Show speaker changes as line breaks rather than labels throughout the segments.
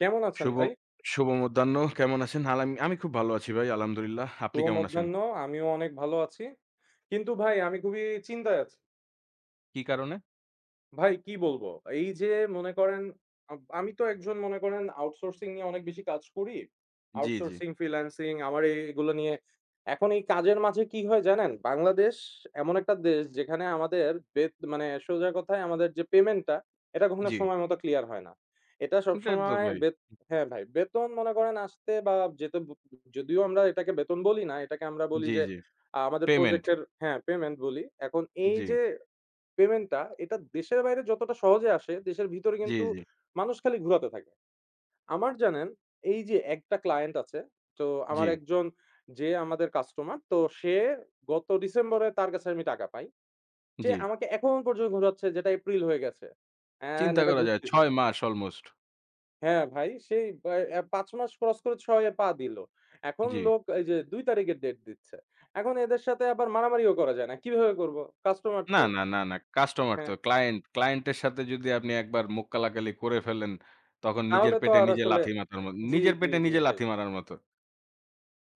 কেমন আছেন
শুভ
ভাই?
শুভ মধ্যাহ্ন। কেমন আছেন? আল আমি আমি খুব ভালো আছি ভাই, আলহামদুলিল্লাহ। আপনি
শুভ
কেমন আছেন?
মধ্যাহ্ন। আমিও অনেক ভালো আছি। কিন্তু ভাই আমি খুবই চিন্তায় আছি।
কি কারণে?
ভাই কি বলবো? এই যে মনে করেন আমি তো একজন মনে করেন আউটসোর্সিং নিয়ে অনেক বেশি কাজ করি।
জি, জি,
আউটসোর্সিং, ফ্রিল্যান্সিং আমার এগুলো নিয়ে এখন এই কাজের মাঝে কি হয় জানেন? বাংলাদেশ এমন একটা দেশ যেখানে আমাদের মানে সোজা কথায় আমাদের যে পেমেন্টটা এটা কখনো
জি।
সময় মতো ক্লিয়ার হয় না। এটা
এটা তো
সবসময়
ভাই।
হ্যাঁ ভাই, বেতন মনে করেন আসতে বা যেতে যদিও আমরা এটাকে বেতন বলি না, এটাকে আমরা বলি
জি,
যে
জি।
আমাদের
পেমেন্ট।
প্রজেক্টের হ্যাঁ পেমেন্ট বলি। এখন এই
জি,
যে পেমেন্টটা এটা দেশের বাইরে যতটা সহজে আসে, দেশের ভিতরে
জি,
কিন্তু
জি,
মানুষ খালি ঘুরাতে থাকে। আমার জানেন এই যে একটা ক্লায়েন্ট আছে, তো
জি,
আমার একজন যে আমাদের কাস্টমার, তো সে গত ডিসেম্বরে তার কাছে আমি টাকা পাই। সে
জি।
আমাকে এখন পর্যন্ত ঘুরাচ্ছে যেটা এপ্রিল হয়ে গেছে। অ্যান্ড
চিন্তা
এটা
করা যায়,
ঘুরতেছে
৬ মাস অলমোস্ট।
হ্যাঁ, ভাই সেই বা ৫ মাস ক্রস করে ৬ এ পা দিল। এখন
জি।
লোক এই যে ২ তারিখের ডেট দিচ্ছে। এখন এদের সাথে আবার মারামারিও করা যায় না। কিভাবে করব? কাস্টমার
না,
তো
না, না, না। কাস্টমার তো
হ্যাঁ,
ক্লায়েন্ট, ক্লায়েন্টের সাথে যদি আপনি একবার মুখ কালাকালি করে ফেলেন তখন নিজের
তাহলে তো
পেটে
আর
নিজে
আসলে
লাথি মাতার মত
জি,
নিজের
জি,
পেটে
জি
নিজে
ভাই।
লাথি মারার মতো।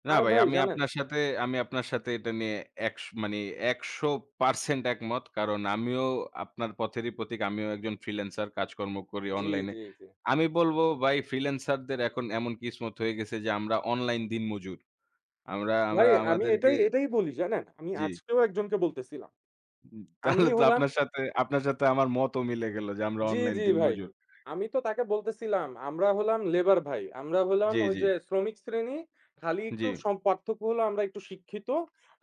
না
আর
ভাই,
ভাই
আমি
জানেন
আপনার সাথে, এটা নিয়ে একশ মানে ১০০% একমত। কারণ আমিও আপনার পথেরই পথিক। আমিও একজন ফ্রিল্যান্সার, কাজকর্ম করি
জি,
অনলাইনে।
জি, জি।
আমি বলব, ভাই ফ্রিল্যান্সারদের এখন এমন কিসমত হয়ে গেছে যে আমরা অনলাইন দিনমজুর। আমরা
ভাই
আমরা
আমি
আমাদেরকে
এটাই বলি জানেন? আমি
জি।
আজকেও একজনকে বলতেছিলাম। আমি
তাহলে তো
হলাম
আপনার সাথে আমার মতও মিলে গেল যে আমরা
জি,
অনলাইন
জি ভাই।
দিনমজুর।
আমি তো তাকে বলতেছিলাম, আমরা হলাম লেবার ভাই। আমরা হলাম
জি,
ওই
জি,
যে শ্রমিক শ্রেণী। খালি
জি,
একটু পার্থক্য হলো আমরা একটু শিক্ষিত।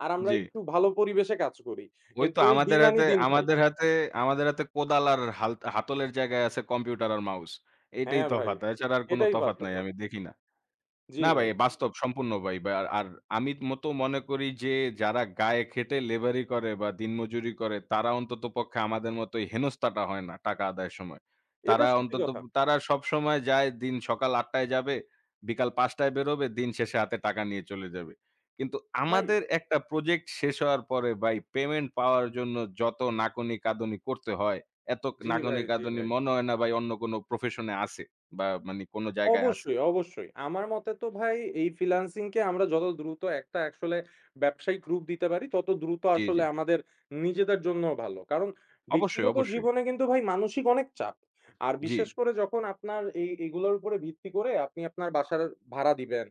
আর আমরা
জি।
একটু ভালো পরিবেশে কাজ করি।
ওই
কিন্তু
তো,
ওই দিন আনি দিন খাই।
আমাদের হাতে কোদাল আর হাতলের জায়গায় আছে কম্পিউটার আর মাউস। এইটাই
হ্যাঁ ভাই,
তফাৎ। এছাড়া আর কোনো
এটাই
তফাৎ
পার্থক্য।
নাই, আমি দেখি না।
জি
না ভাই,
ভাই।
বাস্তব সম্পূর্ণ ভাই। বা আর আর আমি মত মনে করি যে যারা গায়ে খেটে লেবারি করে বা দিনমজুরি করে তারা অন্ততপক্ষে আমাদের মতো এই হেনস্থাটা হয় না টাকা আদায়ের সময়।
এটা
তারা
সত্যি
অন্তত
কথা।
তারা সবসময় যায়, দিন সকাল ৮ টায় যাবে, বিকাল ৫ টায় বেরোবে, দিন শেষে হাতে টাকা নিয়ে চলে যাবে। কিন্তু
ভাই
আমাদের একটা প্রজেক্ট শেষ হওয়ার পরে ভাই পেমেন্ট পাওয়ার জন্য যত নাকনি-কাঁদুনি করতে হয়, এত
জি ভাই, জি
নাকনি-কাঁদুনি
ভাই।
মনে হয় না ভাই অন্য কোনো প্রফেশন এ আছে বা কোনো জায়গায় আছে।
অবশ্যই, অবশ্যই। আমার মতে তো ভাই এই ফ্রিল্যান্সিং কে আমরা যত দ্রুত একটা আসলে ব্যবসায়িক রূপ দিতে পারি, তত দ্রুত
জি,
আসলে
জি।
আমাদের নিজেদের জন্যও ভালো। কারণ
অবশ্যই,
ব্যক্তিগত
অবশ্যই।
জীবনে কিন্তু ভাই মানসিক অনেক চাপ। আর
জি,
বিশেষ করে যখন আপনার এগুলোর উপরে ভিত্তি করে আপনি আপনার বাসার ভাড়া দিবেন,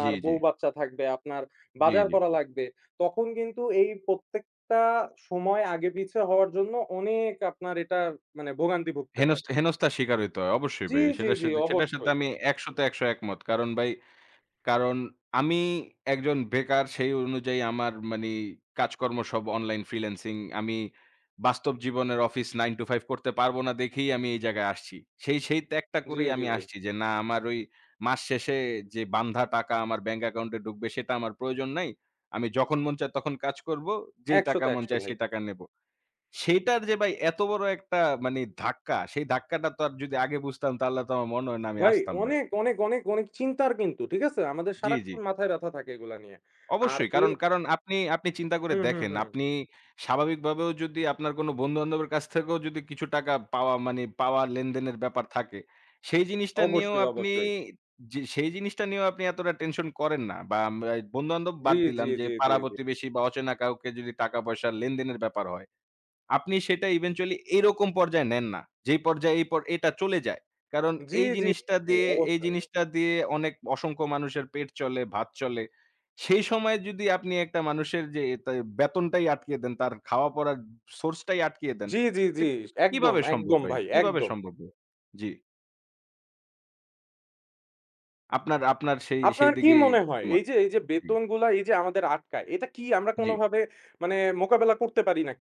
জি, জি,
বউ-বাচ্চা থাকবে, আপনার
জি,
বাজার
জি।
করা লাগবে। তখন কিন্তু এই প্রত্যেকটা সময় আগে পিছে হওয়ার জন্য অনেক আপনার এটা মানে ভোগান্তি ভুগতে হয়।
হেনস্থার শিকার হইতে হয়। অবশ্যই
জি,
ভাই।
জি, জি,
সেটার সাথে
অবশ্যই।
আমি ১০০ তে ১০০ একমত। কারণ আমি একজন বেকার, সেই অনুযায়ী আমার কাজকর্ম সব অনলাইন ফ্রিল্যান্সিং। আমি বাস্তব জীবনের অফিস 9 to 5 করতে পারবো না দেখেই আমি এই জায়গায় আসছি। সেই সেই ত্যাগটা
জি,
করেই
জি
আমি
ভাই।
আসছি যে না, আমার ওই মাস শেষে যে বান্ধা টাকা আমার ব্যাংক অ্যাকাউন্টে ঢুকবে সেটা আমার প্রয়োজন নাই। আমি যখন মন চায় তখন কাজ করব। যেই টাকা
১০০তে
মন,
১০০
হ্যাঁ, চায়
ভাই।
সেই টাকা নেব। সেইটার যে ভাই এত বড় একটা মানে ধাক্কা, সেই ধাক্কাটা তো আর যদি আগে বুঝতাম তাহলে তো আমার মনে হয় না আমি
ভাই
আসতাম ভাই।
অনেক চিন্তার কিন্তু, ঠিক আছে? আমাদের
জি, জি।
সারাক্ষণ মাথায় ব্যাথা থাকে এগুলা নিয়ে। আর
অবশ্যই, কারণ আপনি চিন্তা করে
হুম, হুম,
দেখেন,
হুম।
আপনি স্বাভাবিকভাবেও যদি আপনার কোনো বন্ধু-বান্ধবের কাছ থেকেও যদি কিছু টাকা পাওয়া মানে পাওয়া লেনদেনের ব্যাপার থাকে, সেই জিনিসটা নিয়েও
অবশ্যই,
আপনি,
অবশ্যই।
এতটা টেনশন করেন না, বা বন্ধু-বান্ধব
জি,
বাদ
জি,
দিলাম, যে
জি, জি, জি।
পাড়া-প্রতিবেশী বা অচেনা কাউকে যদি টাকা-পয়সার লেনদেনের ব্যাপার হয় আপনি সেটা ইভেনচুয়ালি এরকম পর্যায়ে নেন না, যেই পর্যায়ে এই পর এটা চলে যায়। কারণ
জি, জি, জি,
এই
অবশ্যই।
জিনিসটা দিয়ে অনেক অসংখ্য মানুষের পেট চলে, ভাত চলে। সেই সময়ে যদি আপনি একটা মানুষের যে তা বেতনটাই আটকিয়ে দেন, তার খাওয়া পড়ার সোর্সটাই আটকিয়ে দেন,
জি, জি,
তা
জি। একদম,
কিভাবে সম্ভব
একদম
ভাই?
ভাই,
কিভাবে
একদম।
সম্ভব ভাই? জি। আপনার আপনার সেই
আপনার
সেই
কি
দিকে
মনে হয়
কি
এই
মত?
যে, এই যে
জি,
বেতনগুলা এই যে আমাদের আটকায়, এটা কি আমরা
জি।
কোনোভাবে মানে মোকাবেলা করতে পারি নাকি?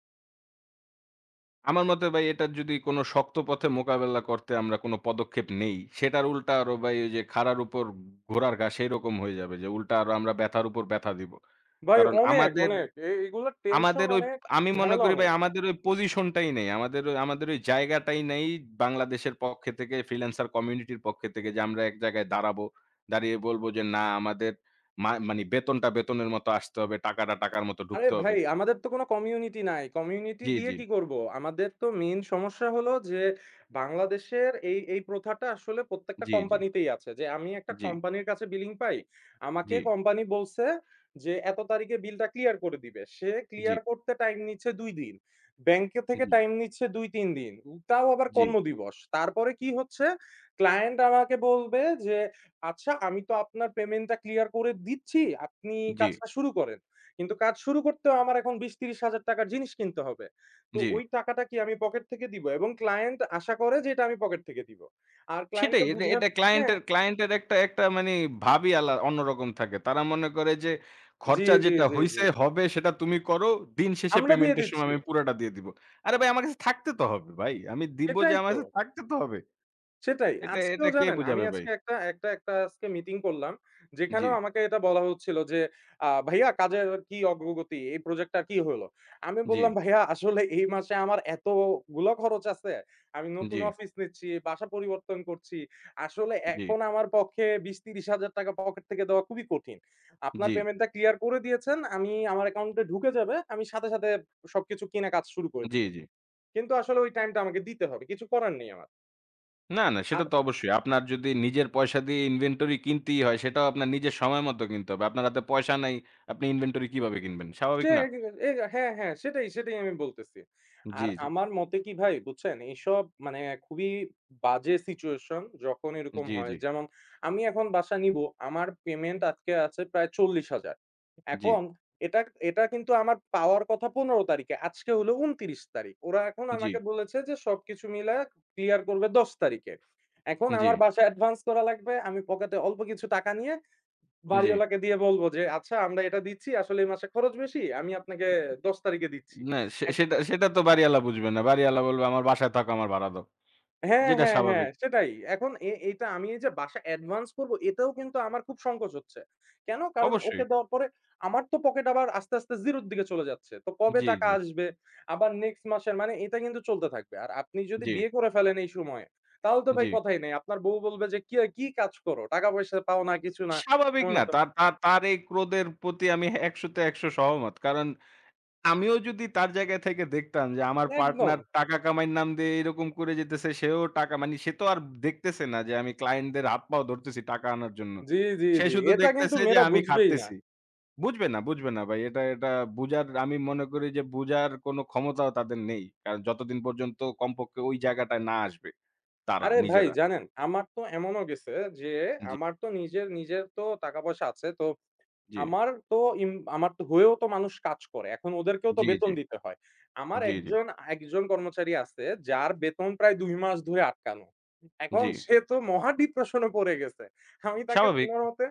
আমার মতে ভাই এটার যদি কোনো শক্ত পথে মোকাবেলা করতে আমরা কোনো পদক্ষেপ নেই, সেটার উল্টা আরো ভাই ওই যে খাড়ার উপর ঘোড়ার ঘা, সেইরকম হয়ে যাবে যে উল্টা আরো আমরা ব্যথার উপর ব্যথা দিব।
ভাই
কারণ
অনেক,
আমাদের,
অনেক। এগুলার টেনশন
আমাদের ওই
অনেক,
আমি মনে
ঝামেলা
করি ভাই
অনেক।
আমাদের ওই পজিশনটাই নেই। আমাদের ওই জায়গাটাই নেই, বাংলাদেশের পক্ষে থেকে ফ্রিল্যান্সার কমিউনিটির পক্ষে থেকে, যে আমরা এক জায়গায় দাঁড়াবো। দাঁড়িয়ে বলব যে না, আমাদের মানে বেতনটা বেতনের মতো আসতে হবে, টাকাটা টাকার মতো
আরে
ঢুকতে হবে।
ভাই আমাদের তো কোনো কমিউনিটি নাই। কমিউনিটি
জি,
দিয়ে
জি,
কি করব? আমাদের তো মেইন সমস্যা হলো যে বাংলাদেশের এই প্রথাটা আসলে প্রত্যেকটা
জি, জি,
কোম্পানিতেই আছে। যে আমি একটা
জি,
কোম্পানির কাছে বিলিং পাই। আমাকে
জি,
কোম্পানি বলছে যে এত তারিখে বিলটা ক্লিয়ার করে দিবে। সে
জি,
ক্লিয়ার করতে টাইম নিচ্ছে ২ দিন। ব্যাংকে থেকে
জি।
টাইম নিচ্ছে ২-৩ দিন। তাও আবার
জি,
কর্মদিবস। তারপরে কি হচ্ছে? ক্লায়েন্ট আমাকে বলবে যে, "আচ্ছা আমি তো আপনার পেমেন্টটা ক্লিয়ার করে দিচ্ছি। আপনি
জি,
কাজটা শুরু করেন।" কিন্তু কাজ শুরু করতেও আমার এখন ২০-৩০ হাজার টাকার জিনিস কিনতে হবে। তো
জি।
ওই টাকাটা কি আমি পকেট থেকে দিব এবং ক্লায়েন্ট আশা করে যে এটা আমি পকেট থেকে দিব। আর ক্লায়েন্টকে
সেটাই, এটা
বুঝা
এটা
হ্যাঁ,
ক্লায়েন্টের ক্লায়েন্টের একটা একটা মানে ভাবই অন্যরকম থাকে। তারা মনে করে যে
জি,
খরচা
জি,
যেটা
জি, জি।
হইছে, হবে সেটা তুমি করো। দিন শেষে
আমরা দিয়ে
পেমেন্টের সময়
দিচ্ছি।
আমি পুরাটা দিয়ে দিব। আরে ভাই আমার কাছে থাকতে তো হবে ভাই। আমি দিব, যে
এটাই
আমার
তো।
কাছে থাকতে তো হবে।
সেটাই।
এটা
আজকেও
এটা কে
জানেন আমি
বুঝাবে ভাই?
আজকে একটা একটা একটা আজকে মিটিং করলাম।
জি,
যেখানেও আমাকে এটা বলা হচ্ছিল যে, "ভাইয়া কাজের কি অগ্রগতি? এই প্রজেক্টটার কি হলো?" আমি
জি,
বললাম, "ভাইয়া আসলে এই মাসে আমার এতগুলো খরচ আছে। আমি নতুন
জি,
অফিস নিচ্ছি, বাসা পরিবর্তন করছি। আসলে
জি,
এখন আমার পক্ষে ৳২০-৳৩০,০০০ পকেট থেকে দেওয়া খুবই কঠিন। আপনার
জি,
পেমেন্টটা ক্লিয়ার করে দিয়েছেন। আমি আমার অ্যাকাউন্টে ঢুকে যাবে। আমি সাথে, সাথে সবকিছু কিনা কাজ শুরু করে
জি,
দিব।
জি।
কিন্তু আসলে ওই টাইমটা আমাকে দিতে হবে। কিছু করার নেই আমার।"
না, না,
আর
সেটা তো অবশ্যই। আপনার যদি নিজের পয়সা দিয়ে ইনভেন্টরি কিনতেই হয় সেটাও আপনার নিজের সময় মতো কিনতে হবে। আপনার হাতে পয়সা নাই, আপনি ইনভেন্টরি কিভাবে কিনবেন?
সে
স্বাভাবিক না?
এ হ্যাঁ, হ্যাঁ, সেটাই আমি বলতেছি। আর
জি, জি,
আমার মতে কি ভাই বুঝছেন? এইসব মানে খুবই বাজে সিচুয়েশন যখন এরকম
জি,
হয়।
জি,
যেমন আমি এখন বাসা নিবো, আমার পেমেন্ট আজকে আছে প্রায় ৪০,০০০।
জি,
এখন এটা, এটা কিন্তু আমার পাওয়ার কথা ১৫ তারিখে, আজকে হলো ২৯ তারিখ। ওরা এখন
জি,
আমাকে বলেছে যে সবকিছু মিলায় ক্লিয়ার করবে ১০ তারিখে। এখন
জি,
আমার বাসায় অ্যাডভান্স করা লাগবে। আমি পকেটে অল্প কিছু টাকা নিয়ে
জি।
বাড়িওয়ালাকে দিয়ে বলব যে, "আচ্ছা আমরা এটা দিচ্ছি, আসলে এই মাসে খরচ বেশি। আমি আপনাকে ১০ তারিখে দিচ্ছি।"
না, সে
এখন
সেটা সেটা তো বাড়িওয়ালা বুঝবে না। বাড়িওয়ালা বলবে আমার বাসায় থাকো, আমার ভাড়া দাও।
হ্যাঁ,
যেটা
হ্যাঁ, হ্যাঁ,
স্বাভাবিক।
সেটাই। এখন এটা আমি এই যে বাসা অ্যাডভান্স করব, এতেও কিন্তু আমার খুব সংকোচ হচ্ছে। কেন? কারণ
অবশ্যই।
ওকে দেওয়ার পরে আমার তো পকেট আবার আস্তে জিরোর দিকে চলে যাচ্ছে। তো কবে
জি,
টাকা
জি,
আসবে? আবার নেক্সট মাসের মানে এটা কিন্তু চলতে থাকবে। আর আপনি যদি
জি,
বিয়ে করে ফেলেন এই সময়ে, তাহলে তো ভাই
জি।
কথাই নেই। আপনার বউ বলবে যে, "কি, কি কাজ করো? টাকা পয়সা পাও না, কিছু না।"
স্বাভাবিক না।
সময়মত
তার তার তার এই ক্রোধের প্রতি আমি ১০০ তে ১০০ সহমত। কারণ আমিও যদি তার জায়গা থেকে দেখতাম যে আমার
একদম।
পার্টনার টাকা কামাইয়ের নাম দিয়ে এরকম করে যেতেছে, সেও টাকা মানে সে তো আর দেখতেছে না যে আমি ক্লায়েন্টদের হাত পাও ধরতেছি টাকা আনার জন্য।
জি, জি,
সে
জি।
শুধু
এটা কিন্তু
দেখতেছে যে
মেয়েরা
আমি
বুঝবেই না।
খাটতেছি। বুঝবে না, বুঝবে না ভাই। এটা এটা আমি মনে করি যে বুঝার কোনো ক্ষমতাও তাদের নেই। কারণ যতদিন পর্যন্ত কমপক্ষে ওই জায়গাটায় না আসবে তারা
আরে ভাই
নিজেরা।
জানেন আমার তো এমনও গেছে যে
জি,
আমার তো নিজের তো টাকা পয়সা আছে। তো
জি,
আমার তো ইম আমার তো হয়েও তো মানুষ কাজ করে। এখন ওদেরকেও তো
জি, জি,
বেতন দিতে হয়। আমার
জি, জি,
একজন একজন কর্মচারী আছে যার বেতন প্রায় ২ মাস ধরে আটকানো। এখন
জি।
সে তো মহা ডিপ্রেশন এ পড়ে গেছে। আমি তাকে
স্বাভাবিক।
কোনমতে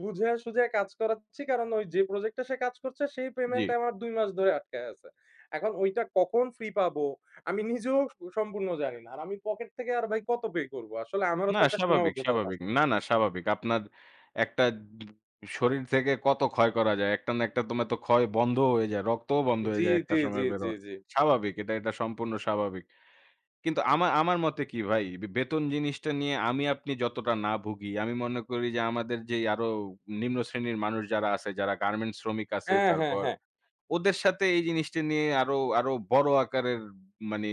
বুঝাইয়া সুঝাইয়া কাজ করাচ্ছি। কারণ ওই যে প্রজেক্টে সে কাজ করছে সেই
জি।
পেমেন্ট আমার ২ মাস ধরে আটকায় আছে। এখন ওইটা কখন ফ্রি পাবো আমি নিজেও সম্পূর্ণ জানি না। আর আমি পকেট থেকে আর ভাই কত পে করব? আসলে আমারও
না,
তো একটা
স্বাভাবিক,
সীমাবদ্ধতা
স্বাভাবিক।
আছে।
না, না, স্বাভাবিক। আপনার একটা শরীর থেকে কত ক্ষয় করা যায়। একটা না একটা তোমার তো ক্ষয় বন্ধ হয়ে যায়। রক্তও বন্ধ হয়ে
জি,
যায় একটা
জি, জি,
সময় বের
জি,
হওয়া।
জি।
স্বাভাবিক। এটা এটা সম্পূর্ণ স্বাভাবিক। কিন্তু আমার মতে কি ভাই, বেতন জিনিসটা নিয়ে আমি আপনি যতটা না ভুগি, আমি মনে করি যে আমাদের যেই আরো নিম্ন শ্রেণীর মানুষ যারা আছে, যারা গার্মেন্টস শ্রমিক আছে,
হ্যাঁ, হ্যাঁ,
তারপর
হ্যাঁ।
ওদের সাথে এই জিনিসটা নিয়ে আরো, আরো বড় আকারের মানে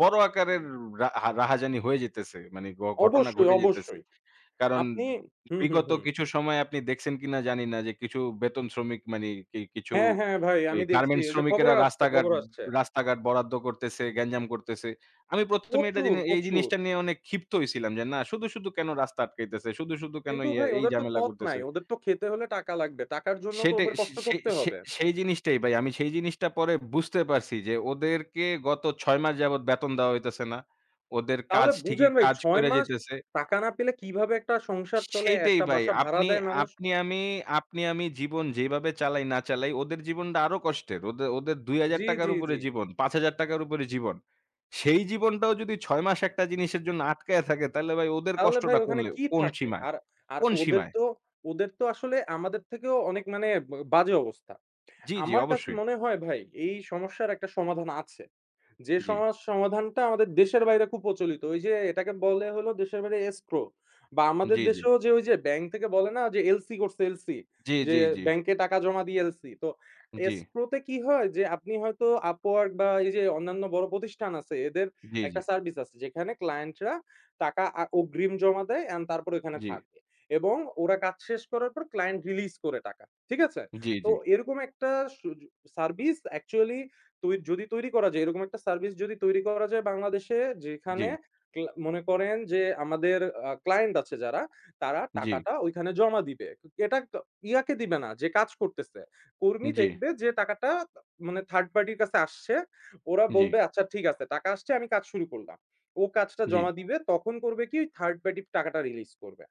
বড় আকারের রা রাহাজানি হয়ে যেতেছে। মানে ঘটনা
অবশ্যই,
ঘটে যেতেছে।
অবশ্যই।
কারণ
আপনি হুম, হুম,
বিগত
হুম।
কিছু সময় আপনি দেখছেন কিনা জানি না যে কিছু বেতন শ্রমিক মানে কি কিছু
হ্যাঁ, হ্যাঁ ভাই
এই
আমি দেখছি।
গার্মেন্টস
ওই যে
শ্রমিকেরা
খবরে আসছে,
রাস্তাঘাট,
খবরে আসছে।
বরাদ্দ করতেছে, গ্যাঞ্জাম করতেছে। আমি ১ম এ এটা
প্রচুর,
জিনি এই
প্রচুর।
জিনিসটা নিয়ে অনেক ক্ষিপ্ত হইছিলাম যে, "না, শুধু, শুধু কেন রাস্তা আটকাইতেছে? শুধু, শুধু কেন
কিন্তু ভাই
এই
ওদের তো
ঝামেলা
পথ নাই।
করতেছে?"
ওদের তো খেতে হলে টাকা লাগবে। টাকার জন্য তো
সেটাই,
ওদের
সে
কষ্ট
সে
করতে
সে
হবে।
সেই জিনিসটাই ভাই। আমি সেই জিনিসটা পরে বুঝতে পারছি যে, ওদেরকে গত ৬ মাস যাবৎ বেতন দেওয়া হইতেছে না। ওদের
তাহলে
কাজ ঠিকই
বুঝেন ভাই
কাজ
৬
কইরা
মাস
যাইতেছে।
টাকা না পেলে কিভাবে একটা সংসার চলে,
সেইটাই
একটা
ভাই।
বাসা ভাড়া
আপনি
দেয় মানুষ।
আপনি আমি আপনি আমি জীবন যেভাবে চালাই না চালাই ওদের জীবনটা আরো কষ্টের। ওদের ৳২,০০০
জি,
র
জি,
উপরে
জি।
জীবন, ৳৫,০০০ র উপরে জীবন। সেই জীবনটাও যদি ৬ মাস একটা জিনিসের জন্য আটকায়া থাকে তাহলে ভাই ওদের
তাহলে ভাই
কষ্টটা কোন,
ওখানে কি
কোন
থাকে?
সীমায়?
আর আর
কোন
ওদের
সীমায়?
তো ওদের তো আসলে আমাদের থেকেও অনেক মানে বাজে অবস্থা।
জি, জি,
আমার কাছে
অবশ্যই।
মনে হয় ভাই এই সমস্যার একটা সমাধান আছে। যে
জি,
সমাধানটা আমাদের দেশের বাইরে খুব প্রচলিত। ওই যে এটাকে বলে হলো দেশের বাইরে escrow বা আমাদের
জি, জি,
দেশেও যে ওই যে ব্যাংক থেকে বলে না যে এলসি করছে এলসি
জি, জি,
যে
জি, জি,
ব্যাংকে টাকা জমা দিয়ে এলসি। তো
জি,
escrow তে কি হয় যে আপনি হয়তো Upwork বা এই যে অন্যান্য বড় প্রতিষ্ঠান আছে এদের একটা
জি,
সার্ভিস আছে যেখানে ক্লায়েন্টরা টাকা অগ্রিম জমা দেয় অ্যান্ড তারপর ওখানে
জি,
থাকে। এবং ওরা কাজ শেষ করার পর ক্লায়েন্ট রিলিজ করে টাকা। ঠিক আছে?
জি, জি,
তো
জি,
এরকম একটা সু সার্ভিস অ্যাকচুয়ালি যদি তৈরি করা যায়, এরকম একটা সার্ভিস যদি তৈরি করা যায় বাংলাদেশে যেখানে মনে করেন যে আমাদের ক্লায়েন্ট আছে যারা, তারা টাকাটা ওইখানে জমা দিবে। এটা ক ইয়াকে দিবে না যে কাজ করতেছে। কর্মী
জি,
দেখবে যে টাকাটা মানে থার্ড পার্টির কাছে আসছে। ওরা
জি, জি,
বলবে, "আচ্ছা ঠিক আছে, টাকা আসছে, আমি কাজ শুরু করলাম।" ও কাজটা
জি।
জমা দিবে। তখন করবে কি? থার্ড পার্টি টাকাটা রিলিজ করবে।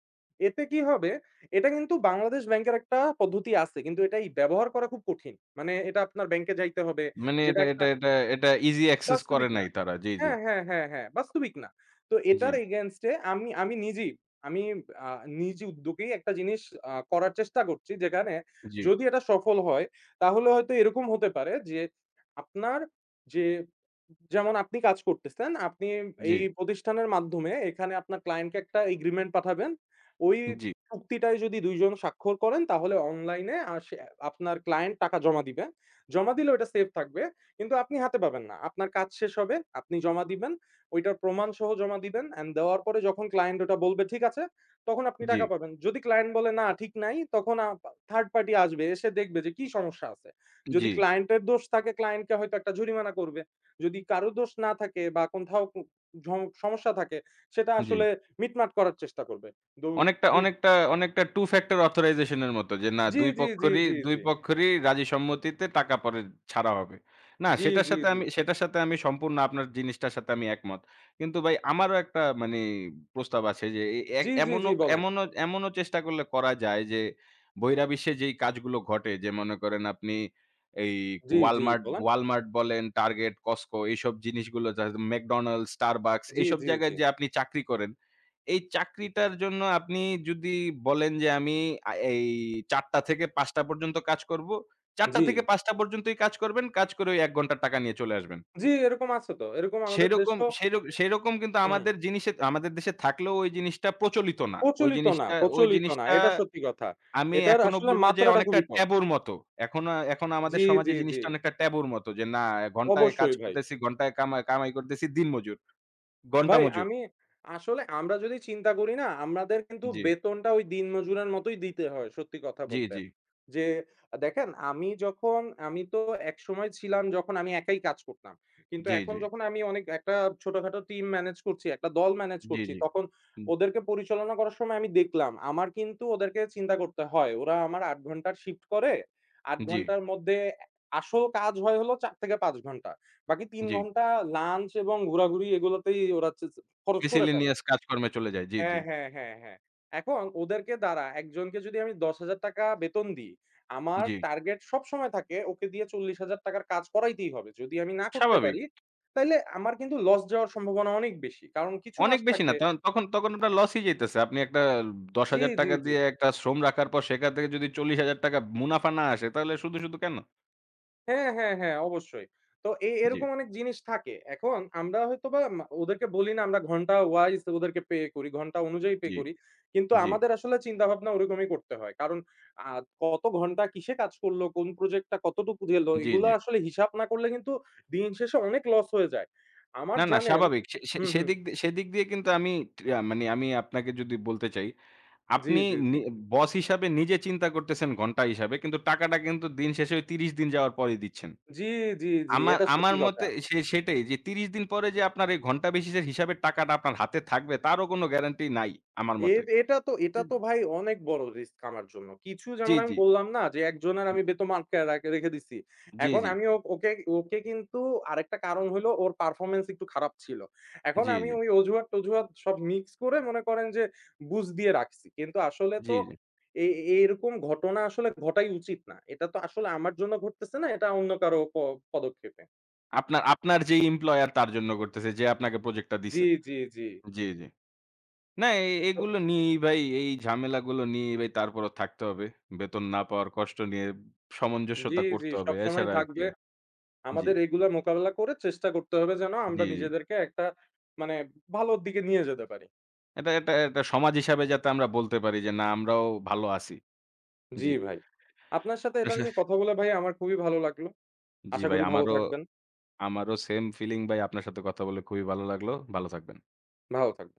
এতে কি হবে? এটা কিন্তু বাংলাদেশ ব্যাংকের একটা পদ্ধতি আছে। কিন্তু এটাই ব্যবহার করা খুব কঠিন। মানে এটা আপনার ব্যাংকে যাইতে হবে।
মানে,
যেটা
এটা
একটা
এটা এটা এটা ইজি অ্যাক্সেস করে
বাস্তবিক না।
নাই তারা। জি, জি,
হ্যাঁ, হ্যাঁ, হ্যাঁ, হ্যাঁ, বাস্তবিক না। তো
জি,
এটার against এ আমি আমি নিজেই আমি আ নিজ উদ্যোগেই একটা জিনিস করার চেষ্টা করছি যেখানে
জি,
যদি এটা সফল হয় তাহলে হয়তো এরকম হতে পারে যে আপনার যে যেমন আপনি কাজ করতেছেন, আপনি
জি।
এই প্রতিষ্ঠানের মাধ্যমে এখানে আপনার ক্লায়েন্টকে একটা এগ্রিমেন্ট পাঠাবেন। ওই
জি,
চুক্তিটায় যদি ২ জন স্বাক্ষর করেন তাহলে অনলাইনে সে আপনার ক্লায়েন্ট টাকা জমা দিবে। জমা দিলে ওটা সেফ থাকবে। কিন্তু আপনি হাতে পাবেন না। আপনার কাজ শেষ হবে, আপনি জমা দিবেন। ওইটার প্রমাণ সহ জমা দিবেন অ্যান্ড দেওয়ার পরে যখন ক্লায়েন্ট ওটা বলবে ঠিক আছে, তখন আপনি
জি,
টাকা পাবেন। যদি ক্লায়েন্ট বলে না ঠিক নাই, তখন থার্ড পার্টি আসবে, এসে দেখবে যে কি সমস্যা আছে। যদি
জি,
ক্লায়েন্টের দোষ থাকে ক্লায়েন্টকে হয়তো একটা জরিমানা করবে। যদি কারো দোষ না থাকে বা কোথাও কো ঝম সমস্যা থাকে সেটা
জি।
আসলে মিটমাট করার চেষ্টা করবে। দু
অনেকটা,
দুই
অনেকটা, অনেকটা টু ফ্যাক্টর অথরাইজেশন এর মতো, যে না
জি,
২
জি, জি,
পক্ষেরই
জি,
২
জি।
পক্ষেরই রাজি সম্মতিতে টাকা পরে ছাড়া হবে। না,
জি, জি, জি।
সেটার সাথে আমি সম্পূর্ণ আপনার জিনিসটার সাথে আমি একমত। কিন্তু ভাই আমারও একটা মানে প্রস্তাব আছে, যে এ এ
জি, জি, জি
এমনও
বলেন।
এমনও এমনও চেষ্টা করলে করা যায়, যে বহিরাবিশ্বে যেই কাজগুলো ঘটে, যে মনে করেন আপনি এই
জি, জি
Walmart,
বলেন।
Walmart বলেন, Target, Costco এইসব জিনিসগুলো যা McDonald's, Starbucks
জি,
এইসব
জি, জি।
জায়গায়, যে আপনি চাকরি করেন এই চাকরিটার জন্য আপনি যদি বলেন যে আমি এই ৪:০০ থেকে ৫:০০ পর্যন্ত কাজ করব। ৪:০০
জি।
থেকে ৫ঃ০০ পর্যন্তই কাজ করবেন। কাজ করে ওই ১ ঘন্টার টাকা নিয়ে চলে আসবেন।
জি, এরকম আছে তো। এরকম আমাদের
সেরকম
দেশেও
সের সেরকম কিন্তু
হুম।
আমাদের দেশে থাকলেও ওই জিনিসটা প্রচলিত না।
প্রচলিত না,
ওই
প্রচলিত না।
জিনিসটা
এটা সত্যি কথা।
আমি
এটার
এখনো
আসলে
বলব যে
মাত্রাটা
অনেকটা
খুবই কম।
ট্যাবুর মতো। এখন আমাদের
জি,
সমাজে
জি, জি।
জিনিসটা অনেকটা ট্যাবুর মতো, যে না, ঘন্টায় কাজ
অবশ্যই ভাই।
করতেছি, ঘন্টায় কামাই করতেছি দিনমজুর, ঘন্টা
ভাই
মজুর।
আমি আসলে আমরা যদি চিন্তা করি না, আমাদের কিন্তু
জি,
বেতনটা ওই দিনমজুরের মতোই দিতে হয় সত্যি কথা
জি,
বলতে।
জি,
যে দেখেন আমি যখন আমি তো একসময় ছিলাম যখন আমি একাই কাজ করতাম। কিন্তু
জি,
এখন
জি,
যখন আমি অনেক একটা ছোটখাটো টিম ম্যানেজ করছি, একটা দল ম্যানেজ
জি,
করছি,
জি।
তখন ওদেরকে পরিচালনা করার সময় আমি দেখলাম আমার কিন্তু ওদেরকে চিন্তা করতে হয়। ওরা আমার ৮ ঘন্টার শিফট করে। ৮
জি,
ঘন্টার মধ্যে আসল কাজ হয় হলো ৪ থেকে ৫ ঘন্টা। বাকি ৩
জি।
ঘন্টা লাঞ্চ এবং ঘোরাঘুরি এগুলোতেই ওরা হচ্ছে যে খরচ করে ফেলে।
মিসেলেনিয়াস কাজকর্মে চলে যায়। জি,
হ্যাঁ,
জি,
হ্যাঁ, হ্যাঁ, হ্যাঁ। এখন ওদেরকে দ্বারা একজনকে যদি আমি ৳১০,০০০ বেতন দিই, আমার
জি।
টার্গেট সবসময় থাকে ওকে দিয়ে ৳৪০,০০০ কাজ করাইতেই হবে। যদি আমি না করতে
স্বাভাবিক।
পারি, তাইলে আমার কিন্তু লস যাওয়ার সম্ভাবনা অনেক বেশি। কারণ কিছু মাস
অনেক বেশি না।
থাকবে
তখন তখন তখন ওটা লসই যাইতেছে। আপনি একটা
জি,
৳১০,০০০
জি, জি।
দিয়ে একটা শ্রম রাখার পর সেখান থেকে যদি ৳৪০,০০০ মুনাফা না আসে তাহলে শুধু, শুধু কেন?
হ্যাঁ, হ্যাঁ, হ্যাঁ, অবশ্যই। তো
জি,
এরকম অনেক জিনিস থাকে। এখন আমরা হয়তোবা ওদেরকে বলি না আমরা ঘন্টা ওয়াইজ ওদেরকে পে করি, ঘন্টা অনুযায়ী পে
জি,
করি। কিন্তু
জি,
আমাদের আসলে চিন্তাভাবনা ওরকমই করতে হয়। কারণ আ কত ঘন্টা কিসে কাজ করলো, কোন প্রজেক্টটা কতটুকু গেল
জি,
এগুলা
জি।
আসলে হিসাব না করলে কিন্তু দিন শেষে অনেক লস হয়ে যায়। আমার
না, না,
জানেন
স্বাভাবিক। সে সে
হুম, হুম।
সেদিক দিয়ে সেদিক দিয়ে কিন্তু আমি মানে আমি আপনাকে যদি বলতে চাই,
জি,
আপনি
জি, জি।
নি বস হিসাবে নিজে চিন্তা করতেছেন ঘন্টা হিসাবে, কিন্তু টাকাটা কিন্তু দিন শেষে ওই ৩০ দিন যাওয়ার পরেই দিচ্ছেন।
জি, জি, জি।
আমার
এটা সত্যি
আমার
কথা।
মতে সেটাই যে ৩০ দিন পরে যে আপনার এই ঘন্টা বেসিসের হিসাবের টাকাটা আপনার হাতে থাকবে তারও কোনো গ্যারান্টি নাই আমার
এ
মতে।
এটা তো এটা
জি,
তো ভাই অনেক বড় রিস্ক আমার জন্য। কিছু যেমন আমি
জি,
বললাম না যে একজনের
জি,
আমি বেতন আটকায় রাখ রেখে দিছি।
জি,
এখন
জি,
আমি ওকে ওকে কিন্তু আরেকটা কারণ হইলো ওর পারফরম্যান্স একটু খারাপ ছিল। এখন
জি,
আমি
জি,
ওই অজুহাত-টজুহাত সব মিক্স করে মনে করেন যে বুঝ দিয়ে রাখছি। কিন্তু আসলে
জি,
তো
জি।
এ এরকম ঘটনা আসলে ঘটাই উচিত না। এটা তো আসলে আমার জন্য ঘটতেছে না, এটা অন্য কারো পদক্ষেপে।
আপনার আপনার যে এমপ্লয়ার তার জন্য করতেছে যে আপনাকে প্রজেক্টটা
জি,
দিছে।
জি, জি।
জি, জি। না,
তো-
এগুলো নিয়েই ভাই, এই ঝামেলাগুলো নিয়েই ভাই তারপরও থাকতে হবে। বেতন না পাওয়ার কষ্ট নিয়ে
জি,
সামঞ্জস্যতা
জি
করতে হবে।
সবসময়
এছাড়া আর কি।
থাকবে।
জি,
আমাদের এগুলা মোকাবেলা করে চেষ্টা করতে হবে যেন আমরা
জি, জি।
নিজেদেরকে একটা মানে ভালোর দিকে নিয়ে যেতে পারি।
এটা এটা এটা সমাজ হিসাবে যাতে আমরা বলতে পারি যে না, আমরাও ভালো আছি।
জি
জি।
ভাই। আপনার সাথে
আপনার
এটা নিয়ে
সাথে
কথা বলে ভাই আমার খুবই ভালো লাগলো।
জি
আশা
ভাই,
করি ভালো
আমারও,
থাকবেন।
সেম ফিলিং ভাই। আপনার সাথে কথা বলে খুবই ভালো লাগলো। ভালো থাকবেন।
ভালো থাকবেন।